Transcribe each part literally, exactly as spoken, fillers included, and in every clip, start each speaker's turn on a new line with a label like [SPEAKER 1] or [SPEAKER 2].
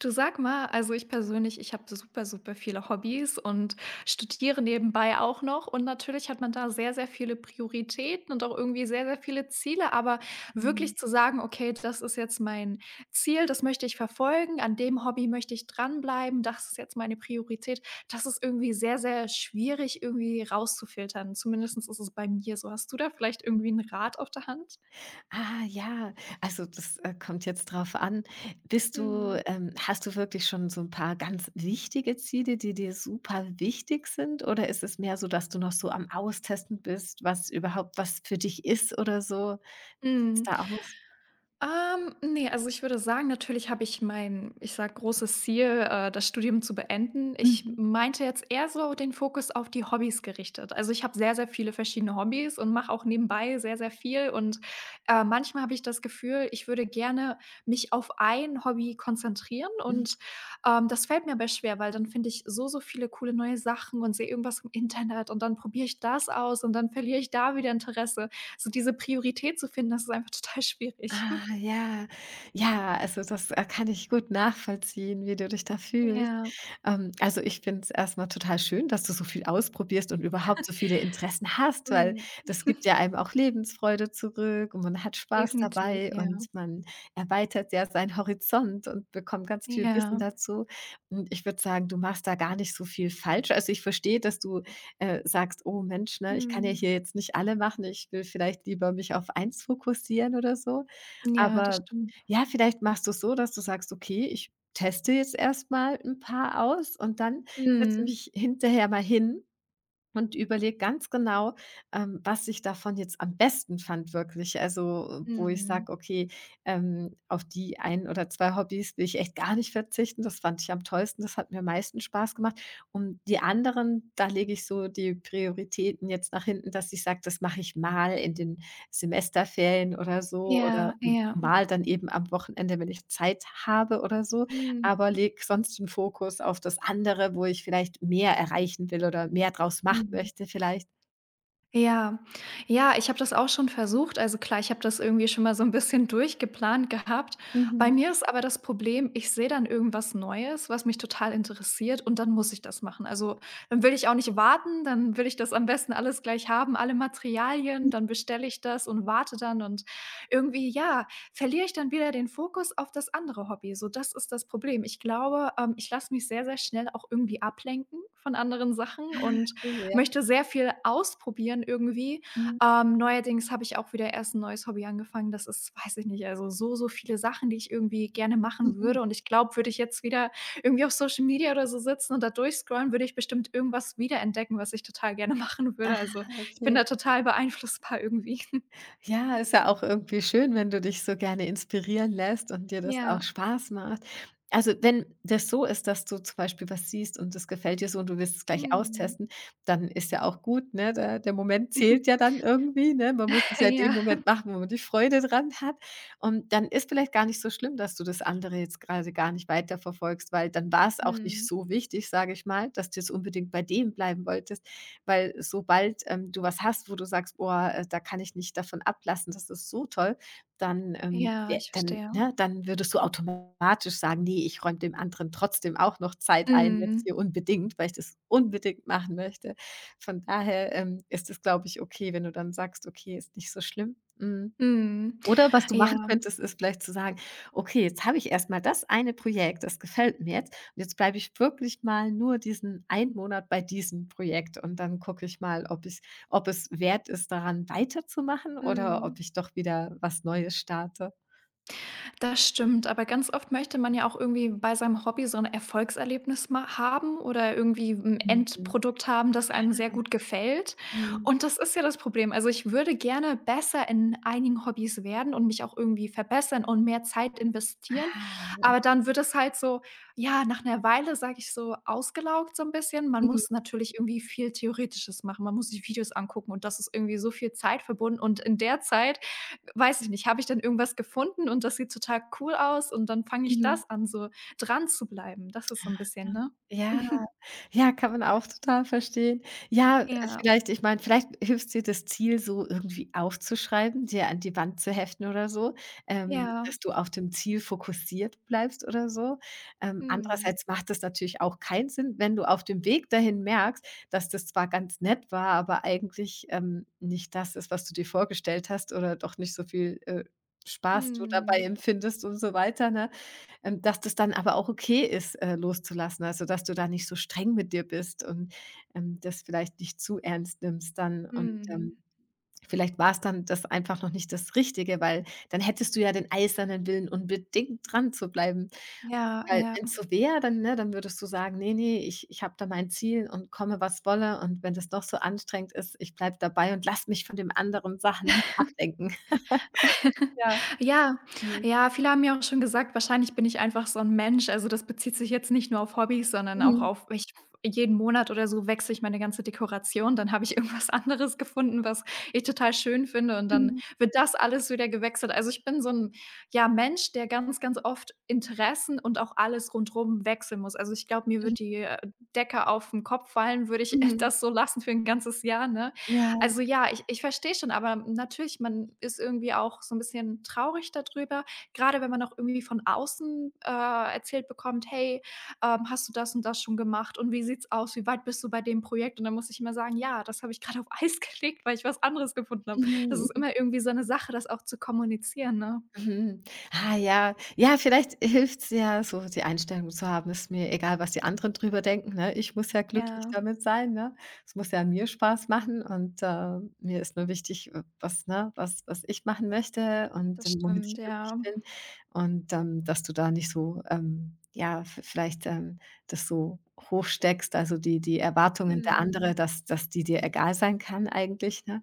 [SPEAKER 1] Du sag mal, also ich persönlich, ich habe super, super viele Hobbys und studiere nebenbei auch noch. Und natürlich hat man da sehr, sehr viele Prioritäten und auch irgendwie sehr, sehr viele Ziele. Aber
[SPEAKER 2] Mhm.
[SPEAKER 1] wirklich zu sagen, okay, das ist jetzt mein Ziel, das möchte ich verfolgen, an dem Hobby möchte ich dranbleiben, das ist jetzt meine Priorität, das ist irgendwie sehr, sehr schwierig irgendwie rauszufiltern. Zumindest ist es bei mir so. Hast du da vielleicht irgendwie einen Rat auf der Hand?
[SPEAKER 2] Ah, ja. Also, das, äh, kommt jetzt drauf an. Bist du
[SPEAKER 1] Mhm.
[SPEAKER 2] ähm, hast du wirklich schon so ein paar ganz wichtige Ziele, die dir super wichtig sind? Oder ist es mehr so, dass du noch so am Austesten bist, was überhaupt was für dich ist oder so? Wie sieht's
[SPEAKER 1] Mm.
[SPEAKER 2] da aus?
[SPEAKER 1] Ähm, ne, also ich würde sagen, natürlich habe ich mein, ich sag großes Ziel, äh, das Studium zu beenden. Ich
[SPEAKER 2] Mhm.
[SPEAKER 1] meinte jetzt eher so den Fokus auf die Hobbys gerichtet. Also, ich habe sehr, sehr viele verschiedene Hobbys und mache auch nebenbei sehr, sehr viel. Und, äh, manchmal habe ich das Gefühl, ich würde gerne mich auf ein Hobby konzentrieren
[SPEAKER 2] Mhm.
[SPEAKER 1] und, ähm, das fällt mir aber schwer, weil dann finde ich so, so viele coole neue Sachen und sehe irgendwas im Internet und dann probiere ich das aus und dann verliere ich da wieder Interesse. So diese Priorität zu finden, das ist einfach total schwierig.
[SPEAKER 2] Ah, ja. Ja, also, das, äh, kann ich gut nachvollziehen, wie du dich da fühlst.
[SPEAKER 1] Ja,
[SPEAKER 2] Ähm, also, ich finde es erstmal total schön, dass du so viel ausprobierst und überhaupt so viele Interessen hast, weil
[SPEAKER 1] mhm.
[SPEAKER 2] das gibt ja einem auch Lebensfreude zurück und man hat Spaß
[SPEAKER 1] Definitiv,
[SPEAKER 2] dabei
[SPEAKER 1] ja.
[SPEAKER 2] und man erweitert ja seinen Horizont und bekommt ganz viel Wissen
[SPEAKER 1] Ja.
[SPEAKER 2] dazu. Und ich würde sagen, du machst da gar nicht so viel falsch. Also, ich verstehe, dass du äh, sagst: „Oh Mensch, ne, ich kann ja
[SPEAKER 1] Mhm.
[SPEAKER 2] hier jetzt nicht alle machen. Ich will vielleicht lieber mich auf eins fokussieren“ oder so.
[SPEAKER 1] Ja, das
[SPEAKER 2] Aber
[SPEAKER 1] stimmt.
[SPEAKER 2] ja, vielleicht machst du es so, dass du sagst: „Okay, ich teste jetzt erstmal ein paar aus und dann setze
[SPEAKER 1] Mhm.
[SPEAKER 2] mich hinterher mal hin und überlege ganz genau, ähm, was ich davon jetzt am besten fand wirklich. Also, äh, wo ich
[SPEAKER 1] Mhm.
[SPEAKER 2] sage: „Okay, ähm, auf die ein oder zwei Hobbys will ich echt gar nicht verzichten. Das fand ich am tollsten. Das hat mir am meisten Spaß gemacht.“ Und die anderen, da lege ich so die Prioritäten jetzt nach hinten, dass ich sage: „Das mache ich mal in den Semesterferien oder so oder
[SPEAKER 1] Ja, ja.
[SPEAKER 2] mal dann eben am Wochenende, wenn ich Zeit habe oder so.“
[SPEAKER 1] Mhm.
[SPEAKER 2] Aber lege sonst den Fokus auf das andere, wo ich vielleicht mehr erreichen will oder mehr draus machen
[SPEAKER 1] Mhm.
[SPEAKER 2] möchte vielleicht.
[SPEAKER 1] Ja, ja, ich habe das auch schon versucht. Also klar, ich habe das irgendwie schon mal so ein bisschen durchgeplant gehabt. Bei
[SPEAKER 2] Mhm.
[SPEAKER 1] mir ist aber das Problem, ich sehe dann irgendwas Neues, was mich total interessiert und dann muss ich das machen. Also, dann will ich auch nicht warten, dann will ich das am besten alles gleich haben, alle
[SPEAKER 2] Hm.
[SPEAKER 1] Materialien, dann bestelle ich das und warte dann und irgendwie, ja, verliere ich dann wieder den Fokus auf das andere Hobby. So, das ist das Problem. Ich glaube, ähm, ich lasse mich sehr, sehr schnell auch irgendwie ablenken von anderen Sachen
[SPEAKER 2] Ah,
[SPEAKER 1] und
[SPEAKER 2] okay, ja.
[SPEAKER 1] möchte sehr viel ausprobieren irgendwie.
[SPEAKER 2] Mhm.
[SPEAKER 1] Ähm, neuerdings habe ich auch wieder erst ein neues Hobby angefangen. Das ist, weiß ich nicht, also so, so viele Sachen, die ich irgendwie gerne machen
[SPEAKER 2] Mhm.
[SPEAKER 1] würde. Und ich glaube, würde ich jetzt wieder irgendwie auf Social Media oder so sitzen und da durchscrollen, würde ich bestimmt irgendwas wiederentdecken, was ich total gerne machen würde.
[SPEAKER 2] Ah,
[SPEAKER 1] Also, ich bin
[SPEAKER 2] okay.
[SPEAKER 1] da total beeinflussbar irgendwie.
[SPEAKER 2] Ja, ist ja auch irgendwie schön, wenn du dich so gerne inspirieren lässt und dir das auch
[SPEAKER 1] Ja.
[SPEAKER 2] Spaß macht. Also, wenn das so ist, dass du zum Beispiel was siehst und das gefällt dir so und du willst es gleich
[SPEAKER 1] Mhm.
[SPEAKER 2] austesten, dann ist ja auch gut, ne? Der der Moment zählt ja dann irgendwie, ne? Man muss es ja in dem
[SPEAKER 1] Ja.
[SPEAKER 2] Moment machen, wo man die Freude dran hat. Und dann ist vielleicht gar nicht so schlimm, dass du das andere jetzt gerade gar nicht weiterverfolgst, weil dann war es auch nicht
[SPEAKER 1] Mhm.
[SPEAKER 2] so wichtig, sage ich mal, dass du jetzt unbedingt bei dem bleiben wolltest. Weil sobald ähm, du was hast, wo du sagst: „Boah, äh, da kann ich nicht davon ablassen, das ist so toll“, dann, ähm,
[SPEAKER 1] Ja,
[SPEAKER 2] ja,
[SPEAKER 1] ich
[SPEAKER 2] dann
[SPEAKER 1] verstehe.
[SPEAKER 2] ne, dann würdest du automatisch sagen: nee, ich räume dem anderen trotzdem auch noch Zeit ein, jetzt
[SPEAKER 1] Mhm.
[SPEAKER 2] hier unbedingt, weil ich das unbedingt machen möchte.“ Von daher, ähm, ist es, glaube ich, okay, wenn du dann sagst: „Okay, ist nicht so schlimm.“ Mhm.
[SPEAKER 1] Mhm.
[SPEAKER 2] Oder was du
[SPEAKER 1] Ja.
[SPEAKER 2] machen könntest, ist vielleicht zu sagen: „Okay, jetzt habe ich erstmal das eine Projekt, das gefällt mir jetzt und jetzt bleibe ich wirklich mal nur diesen einen Monat bei diesem Projekt und dann gucke ich mal, ob ich ob es wert ist, daran weiterzumachen oder
[SPEAKER 1] Mhm.
[SPEAKER 2] ob ich doch wieder was Neues starte.“
[SPEAKER 1] Das stimmt, aber ganz oft möchte man ja auch irgendwie bei seinem Hobby so 'n Erfolgserlebnis ma haben oder irgendwie 'n
[SPEAKER 2] Mhm. Ja.
[SPEAKER 1] Endprodukt haben, das einem sehr gut gefällt.
[SPEAKER 2] Mhm.
[SPEAKER 1] Und das ist ja das Problem. Also, ich würde gerne besser in einigen Hobbys werden und mich auch irgendwie verbessern und mehr Zeit investieren.
[SPEAKER 2] Ah.
[SPEAKER 1] Aber dann wird es halt so, ja, nach 'ner Weile, sage ich, so ausgelaugt so 'n bisschen. Man
[SPEAKER 2] Mhm.
[SPEAKER 1] muss natürlich irgendwie viel Theoretisches machen. Man muss sich Videos angucken und das ist irgendwie so viel Zeit verbunden und in der Zeit weiß ich nicht, habe ich dann irgendwas gefunden und das sieht total cool aus und dann fange ich
[SPEAKER 2] Mhm.
[SPEAKER 1] das an, so dran zu bleiben. Das ist so 'n bisschen, ne?
[SPEAKER 2] Ja. Ja, kann man auch total verstehen. Ja, äh,
[SPEAKER 1] Ja,
[SPEAKER 2] vielleicht ich meine, vielleicht hilft dir das Ziel so irgendwie aufzuschreiben, dir an die Wand zu heften oder so, ähm,
[SPEAKER 1] ja.
[SPEAKER 2] dass du auf dem Ziel fokussiert bleibst oder so. Ähm,
[SPEAKER 1] Mhm.
[SPEAKER 2] andererseits macht es natürlich auch keinen Sinn, wenn du auf dem Weg dahin merkst, dass das zwar ganz nett war, aber eigentlich, ähm, nicht das ist, was du dir vorgestellt hast oder doch nicht so viel, äh, Spaß du dabei
[SPEAKER 1] Mhm.
[SPEAKER 2] empfindest und so weiter, ne? Ähm, dass das dann aber auch okay ist, äh, loszulassen, also, dass du da nicht so streng mit dir bist und, ähm, das vielleicht nicht zu ernst nimmst dann und, ähm,
[SPEAKER 1] Mhm.
[SPEAKER 2] vielleicht war es dann das einfach noch nicht das Richtige, weil dann hättest du ja den eisernen Willen, unbedingt dran zu bleiben.
[SPEAKER 1] Ja,
[SPEAKER 2] Weil
[SPEAKER 1] ja.
[SPEAKER 2] wenn es so wäre, dann ne, dann würdest du sagen: nee, nee, ich ich habe da mein Ziel und komme, was wolle und wenn das noch so anstrengend ist, ich bleibe dabei und lass mich von den anderen Sachen nicht ablenken.“ Ja,
[SPEAKER 1] Ja,
[SPEAKER 2] mhm.
[SPEAKER 1] ja, viele haben mir auch schon gesagt, wahrscheinlich bin ich einfach so ein Mensch. Also, das bezieht sich jetzt nicht nur auf Hobbys, sondern auch
[SPEAKER 2] Mhm.
[SPEAKER 1] auf ich jeden Monat oder so wechsle ich meine ganze Dekoration, dann habe ich irgendwas anderes gefunden, was ich total schön finde und dann
[SPEAKER 2] Mhm.
[SPEAKER 1] wird das alles wieder gewechselt. Also, ich bin so ein ja, Mensch, der ganz, ganz oft Interessen und auch alles rundrum wechseln muss. Also, ich glaube, mir
[SPEAKER 2] Mhm.
[SPEAKER 1] wird die, äh, Decke auf den Kopf fallen, würde ich
[SPEAKER 2] Mhm.
[SPEAKER 1] das so lassen für ein ganzes Jahr, ne?
[SPEAKER 2] Ja.
[SPEAKER 1] Also ja, ich ich verstehe schon, aber natürlich, man ist irgendwie auch so ein bisschen traurig darüber, gerade wenn man auch irgendwie von außen, äh, erzählt bekommt: „Hey, ähm, hast du das und das schon gemacht und wie sieht's aus? Wie weit bist du bei dem Projekt?“ Und dann muss ich immer sagen: „Ja, das habe ich gerade auf Eis gelegt, weil ich was anderes gefunden habe.“ Das ist
[SPEAKER 2] Mhm.
[SPEAKER 1] immer irgendwie so eine Sache, das auch zu kommunizieren, ne?
[SPEAKER 2] Mhm. Ah ja. Ja, vielleicht hilft es ja, so die Einstellung zu haben: „Ist mir egal, was die anderen drüber denken, ne? Ich muss ja glücklich
[SPEAKER 1] Ja,
[SPEAKER 2] damit sein, ne? Es muss ja mir Spaß machen und, äh, mir ist nur wichtig, äh, was ne, was was ich machen möchte und
[SPEAKER 1] das
[SPEAKER 2] ähm, womit ich
[SPEAKER 1] stimmt,
[SPEAKER 2] glücklich
[SPEAKER 1] ja.
[SPEAKER 2] bin.“ Und, ähm, dass du da nicht so, ähm, ja, v vielleicht, ähm, das so hochsteckst, also die die Erwartungen der
[SPEAKER 1] Mhm.
[SPEAKER 2] andere, dass dass die dir egal sein kann eigentlich, ne?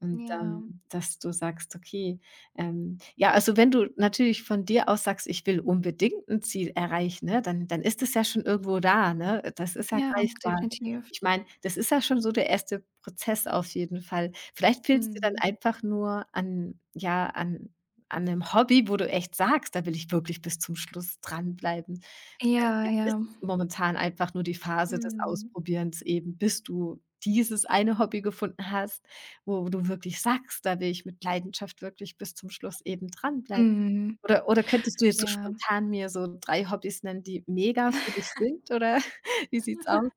[SPEAKER 2] Und,
[SPEAKER 1] Ja.
[SPEAKER 2] ähm, dass du sagst: „Okay, ähm, ja, also wenn du natürlich von dir aus sagst: „Ich will unbedingt ein Ziel erreichen“, ne, dann dann ist es ja schon irgendwo da, ne? Das ist ja
[SPEAKER 1] Ja,
[SPEAKER 2] greifbar.
[SPEAKER 1] definitiv.
[SPEAKER 2] Ich meine, das ist ja schon so der erste Prozess auf jeden Fall. Vielleicht fehlt's dir dann
[SPEAKER 1] Mhm.
[SPEAKER 2] einfach nur an ja, an an einem Hobby, wo du echt sagst: „Da will ich wirklich bis zum Schluss dranbleiben.“ Vielleicht
[SPEAKER 1] Ja,
[SPEAKER 2] vielleicht ist
[SPEAKER 1] ja.
[SPEAKER 2] es momentan einfach nur die Phase des
[SPEAKER 1] Mhm.
[SPEAKER 2] Ausprobierens eben, bis du dieses eine Hobby gefunden hast. Wo du wirklich sagst: „Da will ich mit Leidenschaft wirklich bis zum Schluss eben dranbleiben.“
[SPEAKER 1] Mhm.
[SPEAKER 2] Oder oder könntest du jetzt so
[SPEAKER 1] Ja.
[SPEAKER 2] spontan mir so drei Hobbys nennen, die mega für dich sind, oder wie sieht's aus?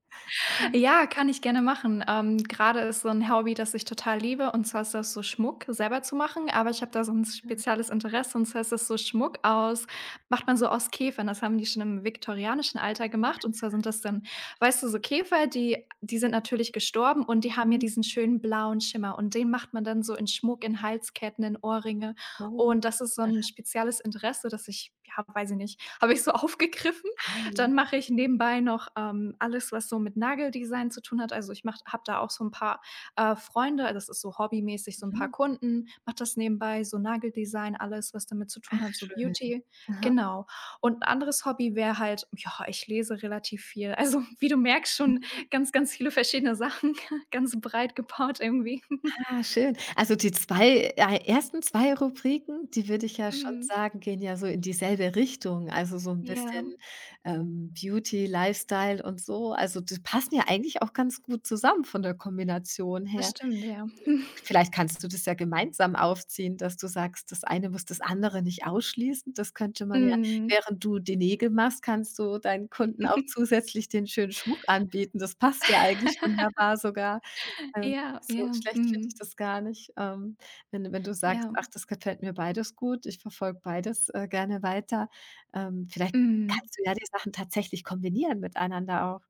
[SPEAKER 2] Mhm,
[SPEAKER 1] Ja, kann ich gerne machen. Ähm, grade ist so ein Hobby, das ich total liebe, und zwar ist das so Schmuck selber zu machen, aber ich habe da so ein spezielles Interesse, und zwar ist das so Schmuck aus macht man so aus Käfern. Das haben die schon im viktorianischen Alter gemacht, und zwar sind das dann weißt du, so Käfer, die die sind natürlich gestorben und die haben ja
[SPEAKER 2] mhm,
[SPEAKER 1] diesen schönen blauen Schimmer und den macht man dann so in Schmuck, in Halsketten, in Ohrringe
[SPEAKER 2] oh.
[SPEAKER 1] und das ist so ein spezielles Interesse, das ich ja, weiß ich nicht, habe ich so aufgegriffen.
[SPEAKER 2] Ah, ja,
[SPEAKER 1] Dann mache ich nebenbei noch, ähm, alles, was so mit Nageldesign zu tun hat. Also, ich habe da auch so ein paar, äh, Freunde, das ist so hobbymäßig, so ein paar
[SPEAKER 2] mhm.
[SPEAKER 1] Kunden, mache das nebenbei, so Nageldesign, alles, was damit zu
[SPEAKER 2] Ach,
[SPEAKER 1] tun hat, so
[SPEAKER 2] schön.
[SPEAKER 1] Beauty.
[SPEAKER 2] Aha.
[SPEAKER 1] Genau. Und ein anderes Hobby wäre halt ja, ich lese relativ viel. Also, wie du merkst, schon ganz, ganz viele verschiedene Sachen, ganz breit gebaut irgendwie.
[SPEAKER 2] Ah, schön. Also, die zwei ei ersten zwei Rubriken, die würde ich ja schon
[SPEAKER 1] Mhm.
[SPEAKER 2] sagen, gehen ja so in dieselbe Richtung, also so ein
[SPEAKER 1] Ja,
[SPEAKER 2] bisschen, ähm, Beauty, Lifestyle und so. Also, die passen ja eigentlich auch ganz gut zusammen von der Kombination
[SPEAKER 1] das
[SPEAKER 2] her.
[SPEAKER 1] stimmt, ja.
[SPEAKER 2] Vielleicht kannst du das ja gemeinsam aufziehen, dass du sagst, das eine muss das andere nicht ausschließen. Das könnte man ja
[SPEAKER 1] Mhm.
[SPEAKER 2] während du die Nägel machst, kannst du deinen Kunden auch zusätzlich den schönen Schmuck anbieten. Das passt ja eigentlich wunderbar sogar. Ähm,
[SPEAKER 1] Ja,
[SPEAKER 2] so
[SPEAKER 1] ja,
[SPEAKER 2] schlecht finde ich
[SPEAKER 1] mhm.
[SPEAKER 2] das gar nicht. Ähm, wenn wenn du sagst:
[SPEAKER 1] Ja,
[SPEAKER 2] „Ach, das gefällt mir beides gut, ich verfolge beides, äh, gerne weiter.“ Ähm, vielleicht
[SPEAKER 1] mhm.
[SPEAKER 2] kannst du ja die Sachen tatsächlich kombinieren miteinander auch.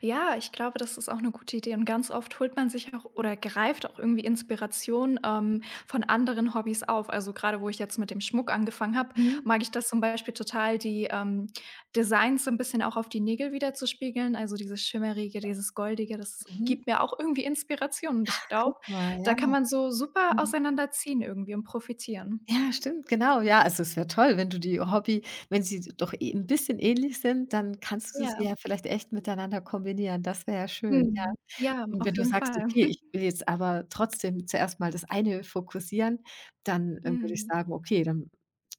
[SPEAKER 1] Ja, ich glaube, das ist auch eine gute Idee und ganz oft holt man sich auch
[SPEAKER 2] Mhm.
[SPEAKER 1] oder greift auch irgendwie Inspiration, ähm, von anderen Hobbys auf. Also, gerade, wo ich jetzt mit dem Schmuck angefangen habe,
[SPEAKER 2] Mhm.
[SPEAKER 1] mag ich das zum Beispiel total, die, ähm, Designs so ein bisschen auch auf die Nägel wieder zu spiegeln. Also, dieses Schimmerige, dieses Goldige, das
[SPEAKER 2] Mhm.
[SPEAKER 1] gibt mir auch irgendwie Inspiration und ich
[SPEAKER 2] Guck
[SPEAKER 1] glaube,
[SPEAKER 2] mal, ja.
[SPEAKER 1] da kann man so super
[SPEAKER 2] Mhm.
[SPEAKER 1] auseinanderziehen irgendwie und profitieren.
[SPEAKER 2] Ja, stimmt, genau. Ja, also es wäre toll, wenn du die Hobby wenn sie doch eh 'n bisschen ähnlich sind, dann kannst du sie
[SPEAKER 1] Ja.
[SPEAKER 2] ja vielleicht echt miteinander kombinieren. Das wäre ja schön, ja.
[SPEAKER 1] Mhm. Ja,
[SPEAKER 2] Und wenn
[SPEAKER 1] auf
[SPEAKER 2] du
[SPEAKER 1] jeden
[SPEAKER 2] sagst:
[SPEAKER 1] Fall.
[SPEAKER 2] „Okay, ich will jetzt aber trotzdem zuerst mal das eine fokussieren“, dann, äh, würde ich
[SPEAKER 1] Mhm.
[SPEAKER 2] sagen: „Okay, dann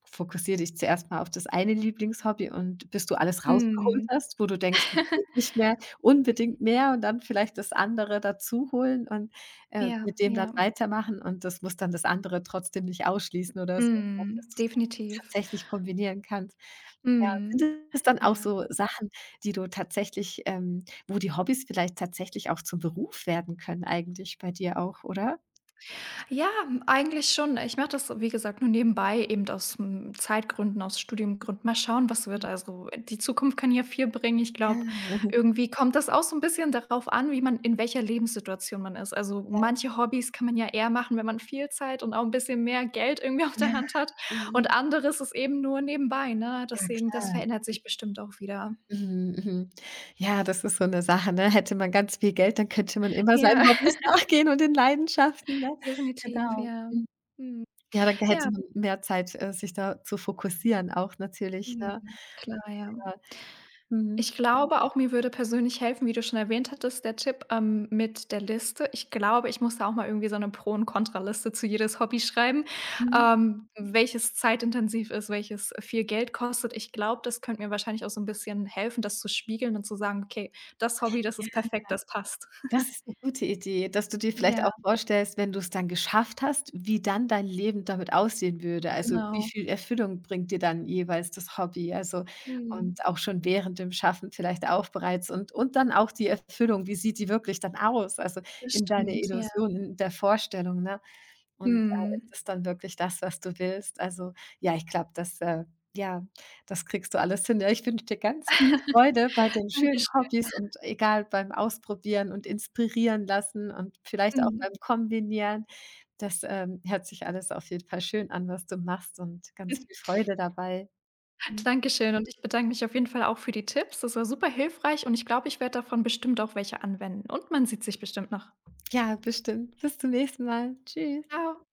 [SPEAKER 2] fokussiere dich zuerst mal auf das eine Lieblingshobby und bis du alles rausgeholt
[SPEAKER 1] Mhm.
[SPEAKER 2] hast, wo du denkst, das geht nicht mehr, unbedingt mehr und dann vielleicht das andere dazu holen und, äh,
[SPEAKER 1] Ja,
[SPEAKER 2] mit dem dann
[SPEAKER 1] ja.
[SPEAKER 2] weitermachen und das muss dann das andere trotzdem nicht ausschließen oder so, vielleicht, dass
[SPEAKER 1] Mhm.
[SPEAKER 2] du's dann
[SPEAKER 1] Definitiv.
[SPEAKER 2] tatsächlich kombinieren kannst.“ Ja,
[SPEAKER 1] Mhm.
[SPEAKER 2] sind es dann auch
[SPEAKER 1] Ja.
[SPEAKER 2] so Sachen, die du tatsächlich, ähm, wo die Hobbys vielleicht tatsächlich auch zum Beruf werden können eigentlich bei dir auch, oder?
[SPEAKER 1] Ja, hm, eigentlich schon. Ich mache das, wie gesagt, nur nebenbei, eben aus, hm, Zeitgründen, aus Studiengründen. Mal schauen, was
[SPEAKER 2] Mhm.
[SPEAKER 1] wird. Also, die Zukunft kann ja viel bringen. Ich
[SPEAKER 2] Ja,
[SPEAKER 1] glaube,
[SPEAKER 2] mhm.
[SPEAKER 1] irgendwie kommt das auch so ein bisschen darauf an, wie man in welcher Lebenssituation man ist. Also, manche Hobbys kann man ja eher machen, wenn man viel Zeit und auch ein bisschen mehr Geld irgendwie auf
[SPEAKER 2] Ja,
[SPEAKER 1] der Hand hat
[SPEAKER 2] mhm.
[SPEAKER 1] und anderes ist eben nur nebenbei, ne?
[SPEAKER 2] Ja,
[SPEAKER 1] Deswegen, das
[SPEAKER 2] klar.
[SPEAKER 1] verändert sich bestimmt auch wieder.
[SPEAKER 2] Mhm, mhm. Ja, das ist so 'ne Sache, ne? Hätte man ganz viel Geld, dann könnte man immer seinen
[SPEAKER 1] Ja,
[SPEAKER 2] Hobbys nachgehen und den Leidenschaften, ne?
[SPEAKER 1] definitiv,
[SPEAKER 2] Genau.
[SPEAKER 1] ja.
[SPEAKER 2] Mhm.
[SPEAKER 1] Mhm.
[SPEAKER 2] Ja, dann
[SPEAKER 1] Ja,
[SPEAKER 2] hätte man mehr Zeit, äh, sich da zu fokussieren auch natürlich,
[SPEAKER 1] mhm,
[SPEAKER 2] ne?
[SPEAKER 1] klar, ja.
[SPEAKER 2] Ja. Mhm.
[SPEAKER 1] Ich glaube auch, mir würde persönlich helfen, wie du schon erwähnt hattest, der Tipp, ähm, mit der Liste. Ich glaube, ich muss da auch mal irgendwie so eine Pro und Kontraliste zu jedes Hobby schreiben,
[SPEAKER 2] Mhm.
[SPEAKER 1] ähm, welches zeitintensiv ist, welches viel Geld kostet. Ich glaube, das könnte mir wahrscheinlich auch so ein bisschen helfen, das zu spiegeln und zu sagen: „Okay, das Hobby, das ist perfekt, das passt.“
[SPEAKER 2] Das ist 'ne gute Idee, dass du dir vielleicht
[SPEAKER 1] Ja,
[SPEAKER 2] auch vorstellst, wenn du's dann geschafft hast, wie dann dein Leben damit aussehen würde. Also, wie
[SPEAKER 1] genau.
[SPEAKER 2] viel Erfüllung bringt dir dann jeweils das Hobby? Also,
[SPEAKER 1] Mhm.
[SPEAKER 2] und auch schon während dem Schaffen vielleicht auch bereits und und dann auch die Erfüllung, wie sieht die wirklich dann aus? Also,
[SPEAKER 1] Das
[SPEAKER 2] in deiner
[SPEAKER 1] stimmt, ja.
[SPEAKER 2] Illusion, in der Vorstellung, ne? Und da ist
[SPEAKER 1] Mhm.
[SPEAKER 2] es dann wirklich das, was du willst. Also, ja, ich glaube, das äh, ja, das kriegst du alles hin. Ja, ich wünsche dir ganz viel Freude bei den schönen
[SPEAKER 1] Dankeschön.
[SPEAKER 2] Hobbys und egal beim Ausprobieren und inspirieren lassen und vielleicht auch beim
[SPEAKER 1] Mhm.
[SPEAKER 2] Kombinieren. Das, ähm, hört sich alles auf jeden Fall schön an, was du machst und ganz viel Freude dabei. Hm,
[SPEAKER 1] Dankeschön und ich bedanke mich auf jeden Fall auch für die Tipps. Das war super hilfreich und ich glaube, ich werde davon bestimmt auch welche anwenden und man sieht sich bestimmt noch.
[SPEAKER 2] ja, bestimmt. Bis zum nächsten Mal. Tschüss.
[SPEAKER 1] Ciao.